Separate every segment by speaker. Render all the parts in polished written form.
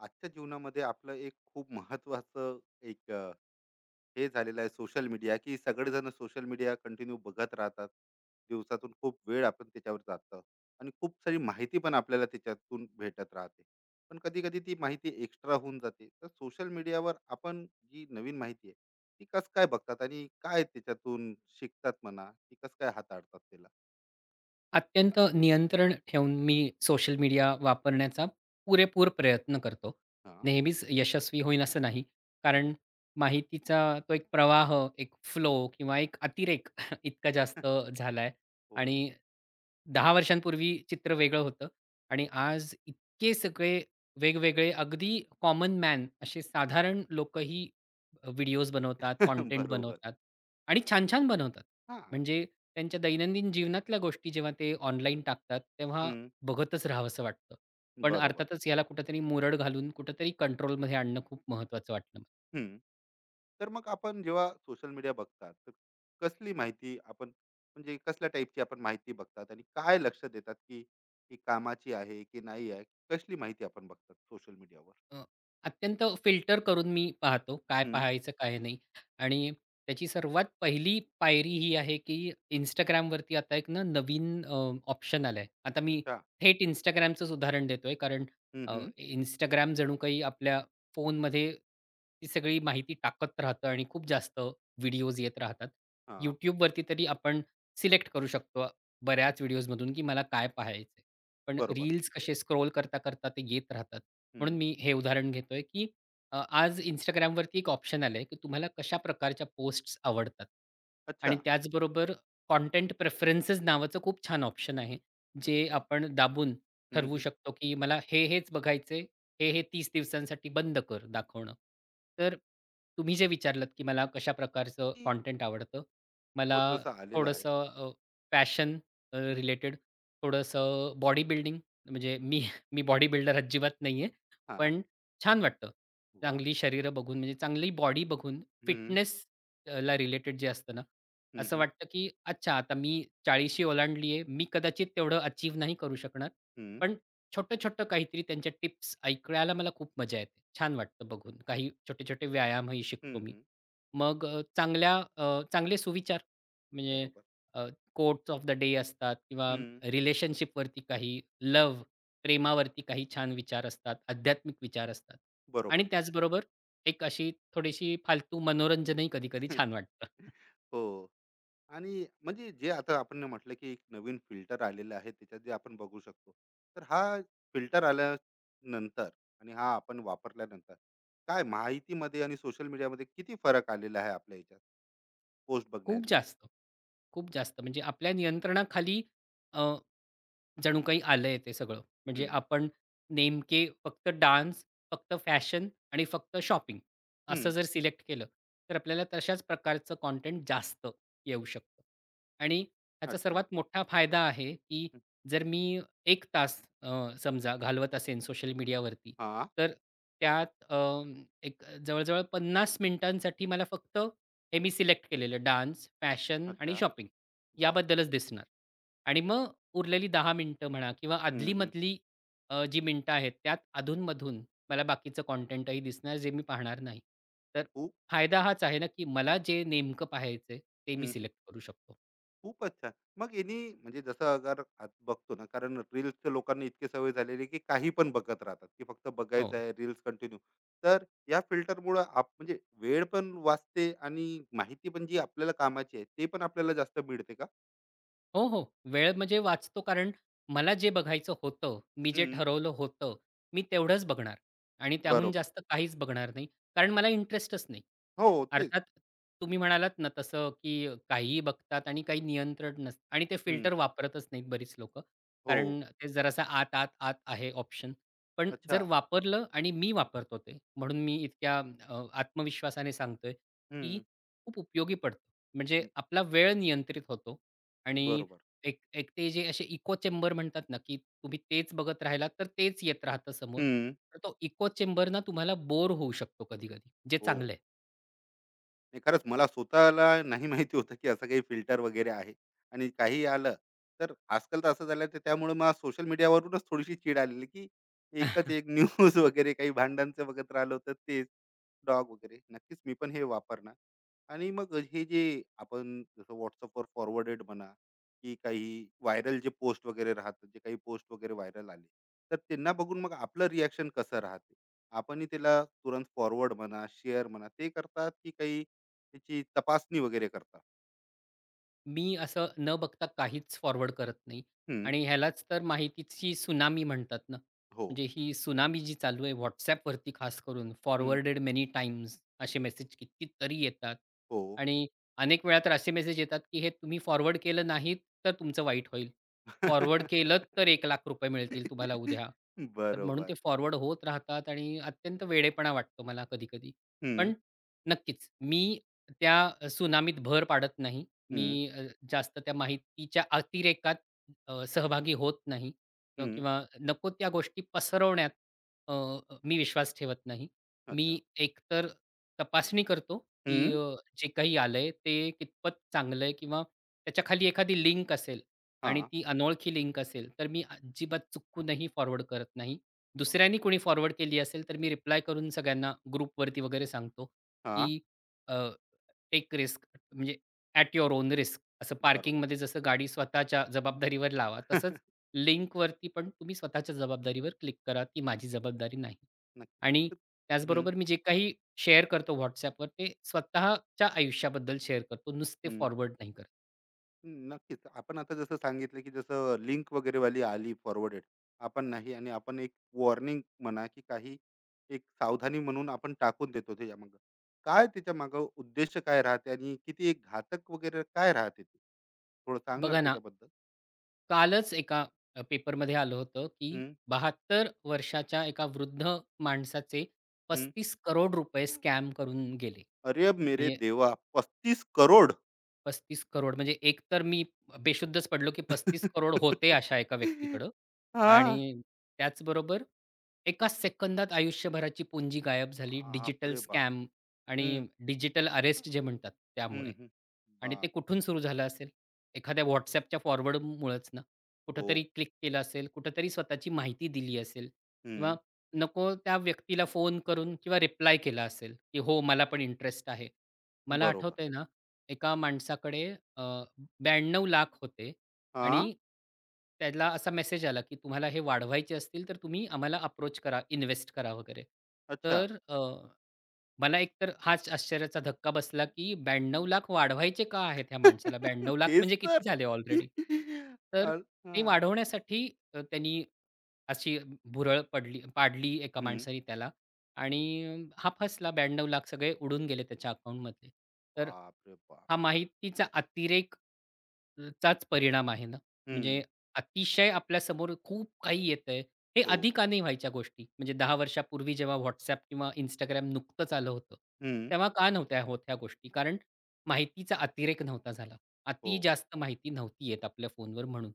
Speaker 1: आजच्या जीवनामध्ये आपलं एक खूप महत्वाचं एक हे झालेलं आहे सोशल मीडिया की सगळेजण सोशल मीडिया कंटिन्यू बघत राहतात. दिवसातून खूप वेळ आपण त्याच्यावर जातं आणि खूप सारी माहिती पण आपल्याला त्याच्यातून भेटत राहते. पण कधी कधी ती माहिती एक्स्ट्रा होऊन जाते. तर सोशल मीडियावर आपण जी नवीन माहिती आहे ती कस काय बघतात आणि काय त्याच्यातून शिकतात म्हणा, ती कस काय हाताळतात त्याला.
Speaker 2: अत्यंत नियंत्रण ठेवून मी सोशल मीडिया वापरण्याचा पुरेपूर प्रयत्न करतो.
Speaker 1: हा.
Speaker 2: नेहमीच यशस्वी होईन असं नाही.
Speaker 1: हम्म.
Speaker 2: कारण माहितीचा तो एक प्रवाह, एक फ्लो किंवा एक अतिरेक इतका जास्त झालाय.
Speaker 1: हो.
Speaker 2: आणि 10 वर्षांपूर्वी चित्र वेगळं होतं, आणि आज इतके सगळे वेगवेगळे अगदी कॉमन मॅन असे साधारण लोकही व्हिडिओज बनवतात, कंटेंट
Speaker 1: बरोबर.
Speaker 2: बनवतात आणि छान-छान बनवतात.
Speaker 1: हा.
Speaker 2: म्हणजे त्यांच्या दैनंदिन जीवनातल्या गोष्टी जेव्हा ते ऑनलाईन टाकतात, तेव्हा
Speaker 1: हम्म.
Speaker 2: बघतच राहावंसं वाटतं. पण
Speaker 1: बरोबर.
Speaker 2: अर्थातच याला कुठेतरी मुरड घालून कुठेतरी कंट्रोलमध्ये आणणं खूप महत्त्वाचं वाटलं.
Speaker 1: तर मग आपण जेव्हा सोशल मीडिया बघतात तर कसली माहिती आपण, म्हणजे कसल्या टाईपची आपण माहिती बघतात आणि काय लक्ष देतात की ही कामाची आहे की नाही आहे. कसली माहिती आपण बघतात सोशल मीडियावर.
Speaker 2: अ, अत्यंत फिल्टर करून मी पाहतो, काय
Speaker 1: हम्म.
Speaker 2: पाहायचं, काय नाही. आणि त्याची सर्वात पहिली पायरी ही आहे, की Instagramवरती आता एक ना नवीन ऑप्शन आलाय. आता मी
Speaker 1: अच्छा.
Speaker 2: थेट Instagramचंच उदाहरण देतोय, कारण
Speaker 1: हम्म हम्म
Speaker 2: इंस्टाग्राम जणू काही आपल्या फोनमध्ये ती सगळी माहिती टाकत राहतं आणि खूप जास्त व्हिडिओज येत राहतात.
Speaker 1: हा.
Speaker 2: YouTubeवरती तरी आपण सिलेक्ट करू शकतो बऱ्याच व्हिडिओजमधून, की मला काय पाहायचंय. पण
Speaker 1: बरोबर.
Speaker 2: रील्स कसे स्क्रोल करता, करता ते येत राहतात. म्हणून
Speaker 1: हम्म.
Speaker 2: मी हे उदाहरण घेतोय, की आज Instagramवरती एक ऑप्शन आलंय, की तुम्हाला कशा प्रकारच्या पोस्ट्स आवडतात,
Speaker 1: अच्छा.
Speaker 2: आणि त्याचबरोबर कंटेंट प्रेफरन्सेस नावाचं खूप छान ऑप्शन आहे.
Speaker 1: अरे
Speaker 2: जे
Speaker 1: वा.
Speaker 2: आपण दाबून
Speaker 1: हम्म
Speaker 2: ठरवू
Speaker 1: हम्म
Speaker 2: शकतो, की मला हेच बघायचंय. हे 30 दिवसांसाठी बंद कर दाखवणं. तर तुम्ही जे विचारलत, की मला कशा प्रकारचं
Speaker 1: ती
Speaker 2: कंटेंट आवडतं. मला
Speaker 1: वर जसं आलेलं आहे.
Speaker 2: थोडंसं फॅशन,
Speaker 1: हम्म हम्म,
Speaker 2: थोडंसं बॉडी बिल्डिंग, म्हणजे मी मी बॉडी बिल्डर अजिबात नाहीये.
Speaker 1: हा.
Speaker 2: पण छान वाटतं.
Speaker 1: वा.
Speaker 2: चांगली शरीरं बघून, म्हणजे चांगली बॉडी बघून,
Speaker 1: हम्म
Speaker 2: फिटनेस ला रिलेटेड जे असतं ना,
Speaker 1: हम्म
Speaker 2: असं
Speaker 1: हम्म
Speaker 2: वाटतं की अच्छा, आता मी 40शी ओलांडली आहे. मी कदाचित तेवढं अचीव्ह नाही करू शकणार.
Speaker 1: हम्म
Speaker 2: पण छोटं-छोटं काहीतरी त्यांच्या टिप्स ऐकायला मला खूप मजा येते. छान वाटतं बघून. काही छोटे-छोटे व्यायामही
Speaker 1: हम्म
Speaker 2: शिकतो मी.
Speaker 1: हम्म,
Speaker 2: मग चांगले सुविचार, म्हणजे
Speaker 1: बरोबर.
Speaker 2: कोट्स ऑफ द डे असतात, किंवा
Speaker 1: हम्म.
Speaker 2: रिलेशनशिपवरती काही, लव्ह, प्रेमावरती काही छान विचार असतात, आध्यात्मिक विचार असतात,
Speaker 1: बरोबर.
Speaker 2: आणि त्याचबरोबर एक अशी थोडीशी फालतू मनोरंजनही कधी-कधी छान वाटतं.
Speaker 1: हो. आणि म्हणजे जे आता आपण म्हटलं की एक नवीन फिल्टर आलेलं आहे त्याच्यात जे आपण बघू शकतो. तर हा फिल्टर आल्यानंतर आणि हा आपण वापरल्यानंतर काय माहितीमध्ये आणि सोशल मीडियामध्ये किती फरक आलेला आहे आपल्या ह्याच्यात? पोस्ट बघण्यात.
Speaker 2: खूप जास्त, खूप जास्त म्हणजे आपल्या नियंत्रणाखाली जणू काही आलंय ते सगळं. म्हणजे
Speaker 1: हं,
Speaker 2: आपण नेमके फक्त डान्स, फक्त फॅशन आणि फक्त शॉपिंग असं
Speaker 1: हं.
Speaker 2: जर सिलेक्ट केलं, तर आपल्याला तशाच प्रकारचं कंटेंट जास्त येऊ शकतं. आणि ह्याचा
Speaker 1: अच्छा.
Speaker 2: सर्वात मोठा फायदा आहे, की
Speaker 1: हं.
Speaker 2: जर मी एक तास समजा घालवत असेन सोशल मीडियावरती,
Speaker 1: हां.
Speaker 2: तर त्यात एक जवळ-जवळ 50 मिनिटांसाठी मला फक्त हे मी सिलेक्ट केलेलं डान्स, फॅशन आणि
Speaker 1: अच्छा.
Speaker 2: शॉपिंग
Speaker 1: वाह!
Speaker 2: याबद्दलच दिसणार. आणि मग उरलेली 10 मिनिटं म्हणा, किंवा
Speaker 1: हं.
Speaker 2: आदली-मधली जी मिनिटं आहेत त्यात अधून-मधून मला बाकीचं कॉन्टेंटही दिसणार जे मी पाहणार नाही. तर
Speaker 1: खूप
Speaker 2: फायदा
Speaker 1: छान.
Speaker 2: हाच आहे ना, की मला जे नेमकं पाहायचंय ते मी
Speaker 1: हं,
Speaker 2: सिलेक्ट करू शकतो.
Speaker 1: खूपच छान. मग यांनी, म्हणजे जसं अगर आज बघतो ना कारण रील्सच्या लोकांना इतकी सवय झालेली आहे की काही पण बघत राहतात, की फक्त बघायचं
Speaker 2: हो.
Speaker 1: आहे रील्स कंटिन्यू. तर या फिल्टरमुळं आप, म्हणजे वेळ पण वाचते आणि माहिती पण जी आपल्याला कामाची आहे ते पण आपल्याला जास्त मिळते का?
Speaker 2: हो, हो. वेळ म्हणजे वाचतो, कारण मला जे बघायचं होतं, मी जे
Speaker 1: हम्म,
Speaker 2: ठरवलं होतं, मी तेवढंच बघणार, आणि त्याहून
Speaker 1: बरोबर.
Speaker 2: जास्त काहीच बघणार नाही. कारण मला इंटरेस्टच नाही.
Speaker 1: हो. तेच.
Speaker 2: अर्थात तुम्ही म्हणालात ना तसं, की काहीही बघतात आणि काही नियंत्रण नसतं आणि ते
Speaker 1: हम्म,
Speaker 2: फिल्टर वापरतच नाहीत बरीच लोकं.
Speaker 1: हो.
Speaker 2: कारण ते जरासा आत, आत, आत आहे ऑप्शन. पण
Speaker 1: अच्छा.
Speaker 2: जर वापरलं, आणि मी वापरतो ते, म्हणून मी इतक्या आत्मविश्वासाने सांगतोय, की
Speaker 1: हम्म.
Speaker 2: खूप उपयोगी पडतं. म्हणजे
Speaker 1: न-
Speaker 2: आपला वेळ नियंत्रित होतो, आणि
Speaker 1: बरोबर.
Speaker 2: एक एक ते जे असे इको चेंबर म्हणतात ना, की तुम्ही तेच बघत राहिलात, तर तेच येत राहतं समोर.
Speaker 1: हम्म.
Speaker 2: तर तो इको चेंबर ना तुम्हाला बोर होऊ शकतो कधी-कधी, जे
Speaker 1: हो.
Speaker 2: चांगलं आहे.
Speaker 1: नाही, खरंच मला स्वतःला नाही माहिती होतं की असं काही फिल्टर वगैरे आहे. आणि काही आलं तर आजकाल तर असं झालं, तर त्यामुळे मला सोशल मीडियावरूनच थोडीशी चीड आलेली, की एकच एक न्यूज वगैरे काही भांडणचं बघत राहिलं होतं तेच. डॉग वगैरे नक्कीच मी पण हे वापरणार. आणि मग हे जे आपण जसं व्हॉट्सअपवर फॉरवर्डेड म्हणा, की काही व्हायरल जे पोस्ट वगैरे राहतात, जे काही पोस्ट वगैरे व्हायरल आले, तर त्यांना बघून मग आपलं रिॲक्शन कसं राहते? आपणही त्याला तुरंत फॉरवर्ड म्हणा, शेअर म्हणा, ते करतात की काही त्याची तपासणी वगैरे करतात.
Speaker 2: मी असं न बघता काहीच फॉरवर्ड करत नाही,
Speaker 1: हं.
Speaker 2: आणि ह्यालाच तर माहितीची सुनामी म्हणतात ना.
Speaker 1: हो.
Speaker 2: म्हणजे ही सुनामी जी चालू आहे WhatsAppवरती, खास करून
Speaker 1: हं.
Speaker 2: फॉरवर्डेड मेनी टाइम्स असे मेसेज कितीतरी येतात.
Speaker 1: हो.
Speaker 2: आणि अनेक वेळा तर असे मेसेज येतात, की हे तुम्ही फॉरवर्ड केलं नाहीत तर तुमचं वाईट होईल. फॉरवर्ड केलंत तर ₹1,00,000 मिळतील तुम्हाला उद्या. तर म्हणून
Speaker 1: बरोबर.
Speaker 2: ते फॉरवर्ड होत राहतात, आणि अत्यंत वेडेपणा वाटतो मला कधी-कधी.
Speaker 1: हं,
Speaker 2: पण नक्कीच मी त्या सुनामीत भर पाडत नाही.
Speaker 1: हं,
Speaker 2: मी जास्त त्या माहितीच्या अतिरेकात सहभागी होत नाही,
Speaker 1: हं.
Speaker 2: किंवा नको त्या गोष्टी पसरवण्यात अ, अ, मी विश्वास ठेवत नाही. मी
Speaker 1: अच्छा.
Speaker 2: एकतर तपासणी करतो, की
Speaker 1: हं.
Speaker 2: जे काही आलंय ते कितपत चांगलं आहे, किंवा त्याच्याखाली एखादी लिंक असेल आणि
Speaker 1: हां.
Speaker 2: ती अनोळखी लिंक असेल, तर मी अजिबात चुकूनही फॉरवर्ड करत नाही.
Speaker 1: वाह!
Speaker 2: दुसऱ्यांनी कोणी फॉरवर्ड केली असेल, तर मी रिप्लाय करून सगळ्यांना ग्रुपवरती वगैरे सांगतो,
Speaker 1: हां.
Speaker 2: की टेक रिस्क, म्हणजे ॲट युअर ओन रिस्क, असं
Speaker 1: बरोबर.
Speaker 2: पार्किंगमध्ये जसं गाडी स्वतःच्या जबाबदारीवर लावा, तसंच लिंकवरती पण तुम्ही स्वतःच्या जबाबदारीवर क्लिक करा, ती माझी जबाबदारी नाही. आणि
Speaker 1: नक्कीच. हं,
Speaker 2: त्याचबरोबर मी जे काही शेअर करतो WhatsAppवर, ते स्वतःच्या आयुष्याबद्दल शेअर करतो, नुसते
Speaker 1: हं.
Speaker 2: फॉरवर्ड नाही करत.
Speaker 1: नक्कीच. आपण आता जसं सांगितलं, की जसं लिंक वगैरे वाली आली फॉरवर्डेड, आपण नाही, आणि आपण एक वॉर्निंग म्हणा, की काही एक सावधानी म्हणून आपण टाकून देतो त्याच्यामागे. काय त्याच्यामागे उद्देश काय राहते आणि किती एक घातक वगैरे काय राहते? ते? थोडं सांग ना रे
Speaker 2: बघा ना,
Speaker 1: त्याच्याबद्दल?
Speaker 2: कालच एका पेपरमध्ये आलं होतं, की
Speaker 1: हं,
Speaker 2: 72 वर्षाच्या एका वृद्ध माणसाचे
Speaker 1: हं.
Speaker 2: 35 करोड रुपये स्कॅम करून गेले.
Speaker 1: अरे मेरे
Speaker 2: म्हणजे
Speaker 1: देवा! 35 करोड.
Speaker 2: 35 करोड, म्हणजे एक तर मी बेशुद्धच पडलो, की 35 करोड होते अशा एका व्यक्तीकडं. आणि
Speaker 1: हां.
Speaker 2: त्याचबरोबर एका सेकंदात आयुष्यभराची पुंजी गायब झाली डिजिटल
Speaker 1: बापरे बाप!
Speaker 2: स्कॅम आणि
Speaker 1: हं,
Speaker 2: डिजिटल अरेस्ट जे म्हणतात
Speaker 1: हं,
Speaker 2: त्यामुळे.
Speaker 1: हं.
Speaker 2: आणि ते
Speaker 1: बाप.
Speaker 2: कुठून सुरू झालं असेल? एखाद्या WhatsAppच्या फॉरवर्डमुळेच ना.
Speaker 1: हो.
Speaker 2: कुठेतरी क्लिक केलं असेल, कुठेतरी स्वतःची माहिती दिली असेल,
Speaker 1: हं.
Speaker 2: किंवा नको त्या व्यक्तीला फोन करून किंवा रिप्लाय केला असेल, की "हो, मला पण इंटरेस्ट आहे." मला
Speaker 1: बरोबर.
Speaker 2: आठवतंय एका माणसाकडे अ, 92,00,000 होते, आणि
Speaker 1: हां.
Speaker 2: त्याला असा मेसेज आला, की तुम्हाला हे वाढवायचे असतील, तर तुम्ही आम्हाला अप्रोच करा, इन्वेस्ट करा वगैरे.
Speaker 1: अच्छा.
Speaker 2: तर मला एकतर हाच आश्चर्याचा धक्का बसला, की 92,00,000 वाढवायचे का आहेत ह्या माणसाला? 92 लाख
Speaker 1: तेच
Speaker 2: म्हणजे किती
Speaker 1: तर.
Speaker 2: झाले ऑलरेडी? तर
Speaker 1: अ,
Speaker 2: ते
Speaker 1: हां.
Speaker 2: वाढवण्यासाठी त्यांनी अशी भुरळ पाडली एका
Speaker 1: हं.
Speaker 2: माणसाने त्याला, आणि हा फसला. 92 लाख सगळे उडून गेले त्याच्या अकाउंटमधले. तर
Speaker 1: बापरे बाप!
Speaker 2: हा माहितीचा अतिरेक चाच परिणाम आहे ना.
Speaker 1: हं.
Speaker 2: म्हणजे अतिशय आपल्यासमोर खूप काही येतंय. हे
Speaker 1: हो.
Speaker 2: आधी का नाही व्हायच्या गोष्टी? म्हणजे 10 वर्षापूर्वी जेव्हा WhatsApp किंवा इंस्टाग्राम नुकतंच आलं होतं,
Speaker 1: हं.
Speaker 2: तेव्हा का नव्हत्या होत ह्या गोष्टी? कारण माहितीचा अतिरेक नव्हता झाला.
Speaker 1: हो.
Speaker 2: अति जास्त माहिती नव्हती येत आपल्या फोनवर म्हणून.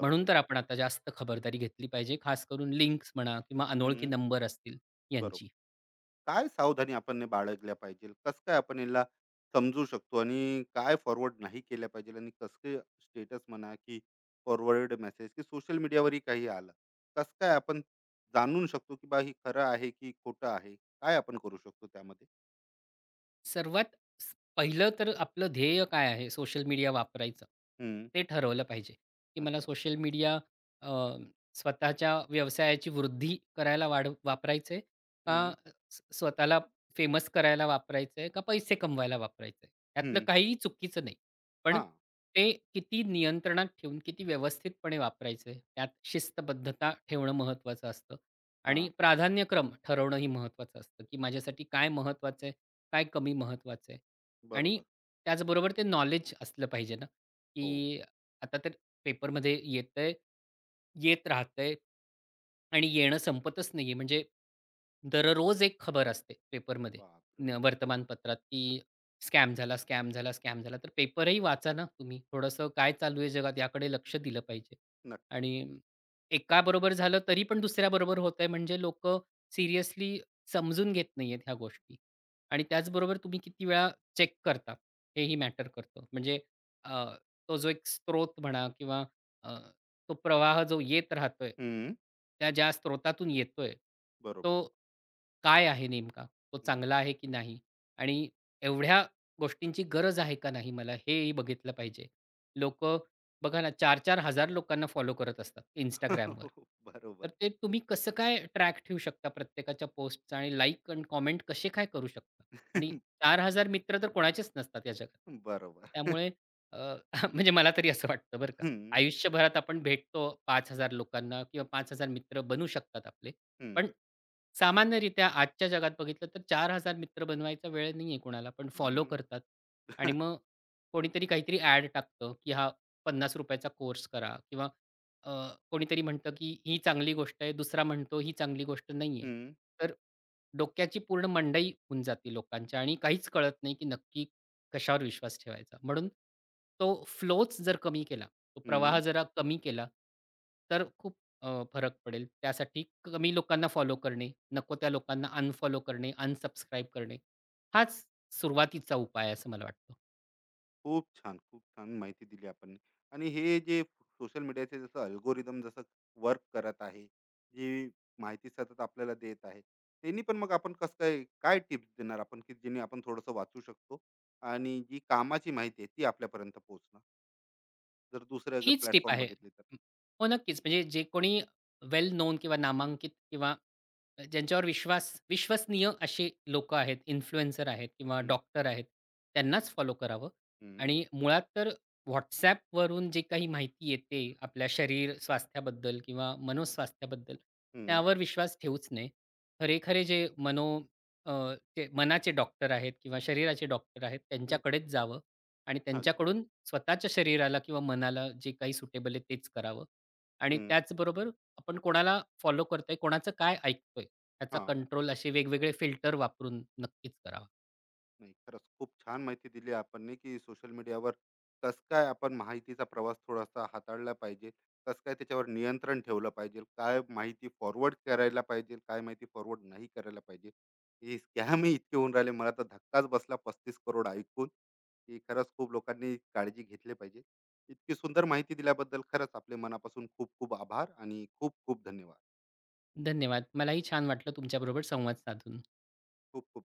Speaker 2: म्हणून तर आपण आता जास्त खबरदारी घेतली पाहिजे, खास करून लिंक्स म्हणा किंवा अनोळखी
Speaker 1: हं.
Speaker 2: नंबर असतील
Speaker 1: बरोबर.
Speaker 2: यांची.
Speaker 1: काय सावधानी आपण बाळगल्या पाहिजे? कसं काय आपण याला समजू शकतो आणि काय फॉरवर्ड नाही केल्या पाहिजे, आणि कसं काय स्टेटस म्हणा, की फॉरवर्ड मेसेज की सोशल मीडियावरही काही आलं, कसं काय आपण जाणून शकतो की बा ही खरं आहे की खोटं आहे? काय आपण करू शकतो त्यामध्ये?
Speaker 2: सर्वात स पहिलं तर आपलं ध्येय काय आहे सोशल मीडिया वापरायचं,
Speaker 1: हम्म.
Speaker 2: ते ठरवलं पाहिजे, की मला
Speaker 1: अच्छा.
Speaker 2: सोशल मीडिया अ, स्वतःच्या व्यवसायाची वृद्धी करायला वापरायचं आहे, का
Speaker 1: हम्म
Speaker 2: स्वतःला फेमस करायला वापरायचं आहे, का पैसे कमवायला वापरायचं आहे? यातलं
Speaker 1: हम्म
Speaker 2: काहीही चुकीचं नाही.
Speaker 1: हा.
Speaker 2: पण ते किती नियंत्रणात ठेवून किती व्यवस्थितपणे वापरायचं आहे, त्यात शिस्तबद्धता ठेवणं महत्त्वाचं असतं,
Speaker 1: हा.
Speaker 2: आणि प्राधान्यक्रम ठरवणंही महत्त्वाचं असतं, की माझ्यासाठी काय महत्त्वाचं आहे, काय कमी महत्त्वाचं आहे? आणि
Speaker 1: बरोबर.
Speaker 2: त्याचबरोबर ते नॉलेज असलं पाहिजे ना,
Speaker 1: हो.
Speaker 2: की आता तर पेपरमध्ये येतंय, येत राहतंय, आणि येणं संपतच नाहीये. म्हणजे दररोज एक खबर असते पेपरमध्ये,
Speaker 1: बाप रे बाप.
Speaker 2: वर्तमानपत्रात, की स्कॅम झाला, स्कॅम झाला, स्कॅम झाला. तर पेपरही वाचा ना तुम्ही. थोडंसं काय चालू आहे जगात याकडे लक्ष दिलं पाहिजे.
Speaker 1: नक्की.
Speaker 2: आणि एकाबरोबर झालं तरी पण दुसऱ्याबरोबर होतंय, म्हणजे लोकं सीरियसली समजून घेत नाहीयेत ह्या गोष्टी. आणि त्याचबरोबर तुम्ही किती वेळा चेक करता हेही मॅटर करतं. म्हणजे अ, तो जो एक स्रोत म्हणा, किंवा अ, तो प्रवाह जो येत राहतोय,
Speaker 1: हम्म.
Speaker 2: त्या ज्या स्रोतातून येतोय,
Speaker 1: बरोबर.
Speaker 2: तो काय आहे नेमका? तो
Speaker 1: हम्म.
Speaker 2: चांगला आहे की नाही? आणि एवढ्या गोष्टींची गरज आहे का नाही मला? हेही बघितलं पाहिजे. लोक बघा ना 4 हजार लोकांना फॉलो करत असतात Instagramवर. तर
Speaker 1: बरोबर.
Speaker 2: ते तुम्ही कसं काय ट्रॅक ठेवू शकता प्रत्येकाच्या पोस्टचा, आणि लाइक आणि कमेंट कसे काय करू शकता? आणि 4,000 मित्र तर कोणाचेच नसतात या जगात.
Speaker 1: बरोबर.
Speaker 2: त्यामुळे अ, म्हणजे मला तरी असं वाटतं बरं का.
Speaker 1: हम्म
Speaker 2: आयुष्यभरात आपण भेटतो 5,000 लोकांना, किंवा 5,000 मित्र बनू शकतात आपले. पण
Speaker 1: हम्म
Speaker 2: सामान्यरित्या आजच्या जगात बघितलं तर 4,000 मित्र बनवायचा वेळ नाहीये कोणाला. पण फॉलो
Speaker 1: हम्म
Speaker 2: करतात. आणि मग कोणीतरी काहीतरी ॲड टाकतं, की हा ₹50 चा कोर्स करा, किंवा अ, कोणीतरी म्हणतं, की ही चांगली गोष्ट आहे. दुसरा म्हणतो ही चांगली गोष्ट नाहीये.
Speaker 1: हम्म.
Speaker 2: तर डोक्याची पूर्ण मंडई होऊन जाते लोकांच्या, आणि काहीच कळत नाही, की नक्की कशावर विश्वास ठेवायचा. म्हणून तो फ्लोच जर कमी केला, तो प्रवाह
Speaker 1: हं.
Speaker 2: जरा कमी केला, तर खूप फरक पडेल. त्यासाठी कमी लोकांना फॉलो करणे, नको त्या लोकांना अनफॉलो करणे, अनसबस्क्राईब करणे, हाच सुरुवातीचा उपाय आहे असं मला वाटतं.
Speaker 1: खूप छान, खूप छान माहिती दिली आपण. आणि हे जे सोशल मीडियाचे जसं अल्गोरिदम जसं वर्क करत आहे, जी माहिती सतत आपल्याला देत आहे, त्यांनी पण मग आपण कसं काय, काय टिप्स देणार आपण, की जेणे आपण थोडंसं वाचू शकतो आणि जी कामाची माहिती आहे ती आपल्यापर्यंत पोहोचणार? जर दुसरे अगर
Speaker 2: हीच टिप
Speaker 1: प्लॅटफॉर्म
Speaker 2: आहे.
Speaker 1: बघितले तर?
Speaker 2: हो, नक्कीच. म्हणजे जे कोणी वेल नोन किंवा नामांकित, किंवा ज्यांच्यावर विश्वसनीय अशी लोकं आहेत, इन्फ्लुएन्सर आहेत किंवा
Speaker 1: हं,
Speaker 2: डॉक्टर आहेत, त्यांनाच फॉलो करावं.
Speaker 1: हं,
Speaker 2: आणि मुळात तर WhatsAppवरून जी काही माहिती येते आपल्या शरीर स्वास्थ्याबद्दल किंवा मनोस्वास्थ्याबद्दल,
Speaker 1: हं,
Speaker 2: त्यावर विश्वास ठेवूच नये. खरे जे अ, ते मनाचे डॉक्टर आहेत किंवा शरीराचे डॉक्टर आहेत,
Speaker 1: हं.
Speaker 2: त्यांच्याकडेच जावं. आणि
Speaker 1: अच्छा.
Speaker 2: त्यांच्याकडून स्वतःच्या शरीराला किंवा मनाला जे काही सुटेबल आहे तेच करावं. आणि
Speaker 1: हं.
Speaker 2: त्याचबरोबर आपण कोणाला फॉलो करतोय, कोणाचं काय ऐकतोय, त्याचा
Speaker 1: हां.
Speaker 2: कंट्रोल असे वेगवेगळे फिल्टर वापरून नक्कीच करावा.
Speaker 1: नाही, खरंच खूप छान माहिती दिली आपण की सोशल मीडियावर कस काय आपण माहितीचा प्रवास थोडासा हाताळला पाहिजे, कस काय त्याच्यावर नियंत्रण ठेवलं पाहिजे, काय माहिती फॉरवर्ड करायला पाहिजे, काय माहिती फॉरवर्ड नाही करायला पाहिजे. हे स्कॅमही इतके होऊन राहिले, मला तर धक्काच बसला पस्तीस करोड ऐकून, की खरंच खूप लोकांनी काळजी घेतली पाहिजे. इतकी सुंदर माहिती दिल्याबद्दल खरंच आपले मनापासून खूप खूप आभार आणि खूप खूप धन्यवाद.
Speaker 2: धन्यवाद. मलाही छान वाटलं तुमच्याबरोबर संवाद साधून.
Speaker 1: खूप खूप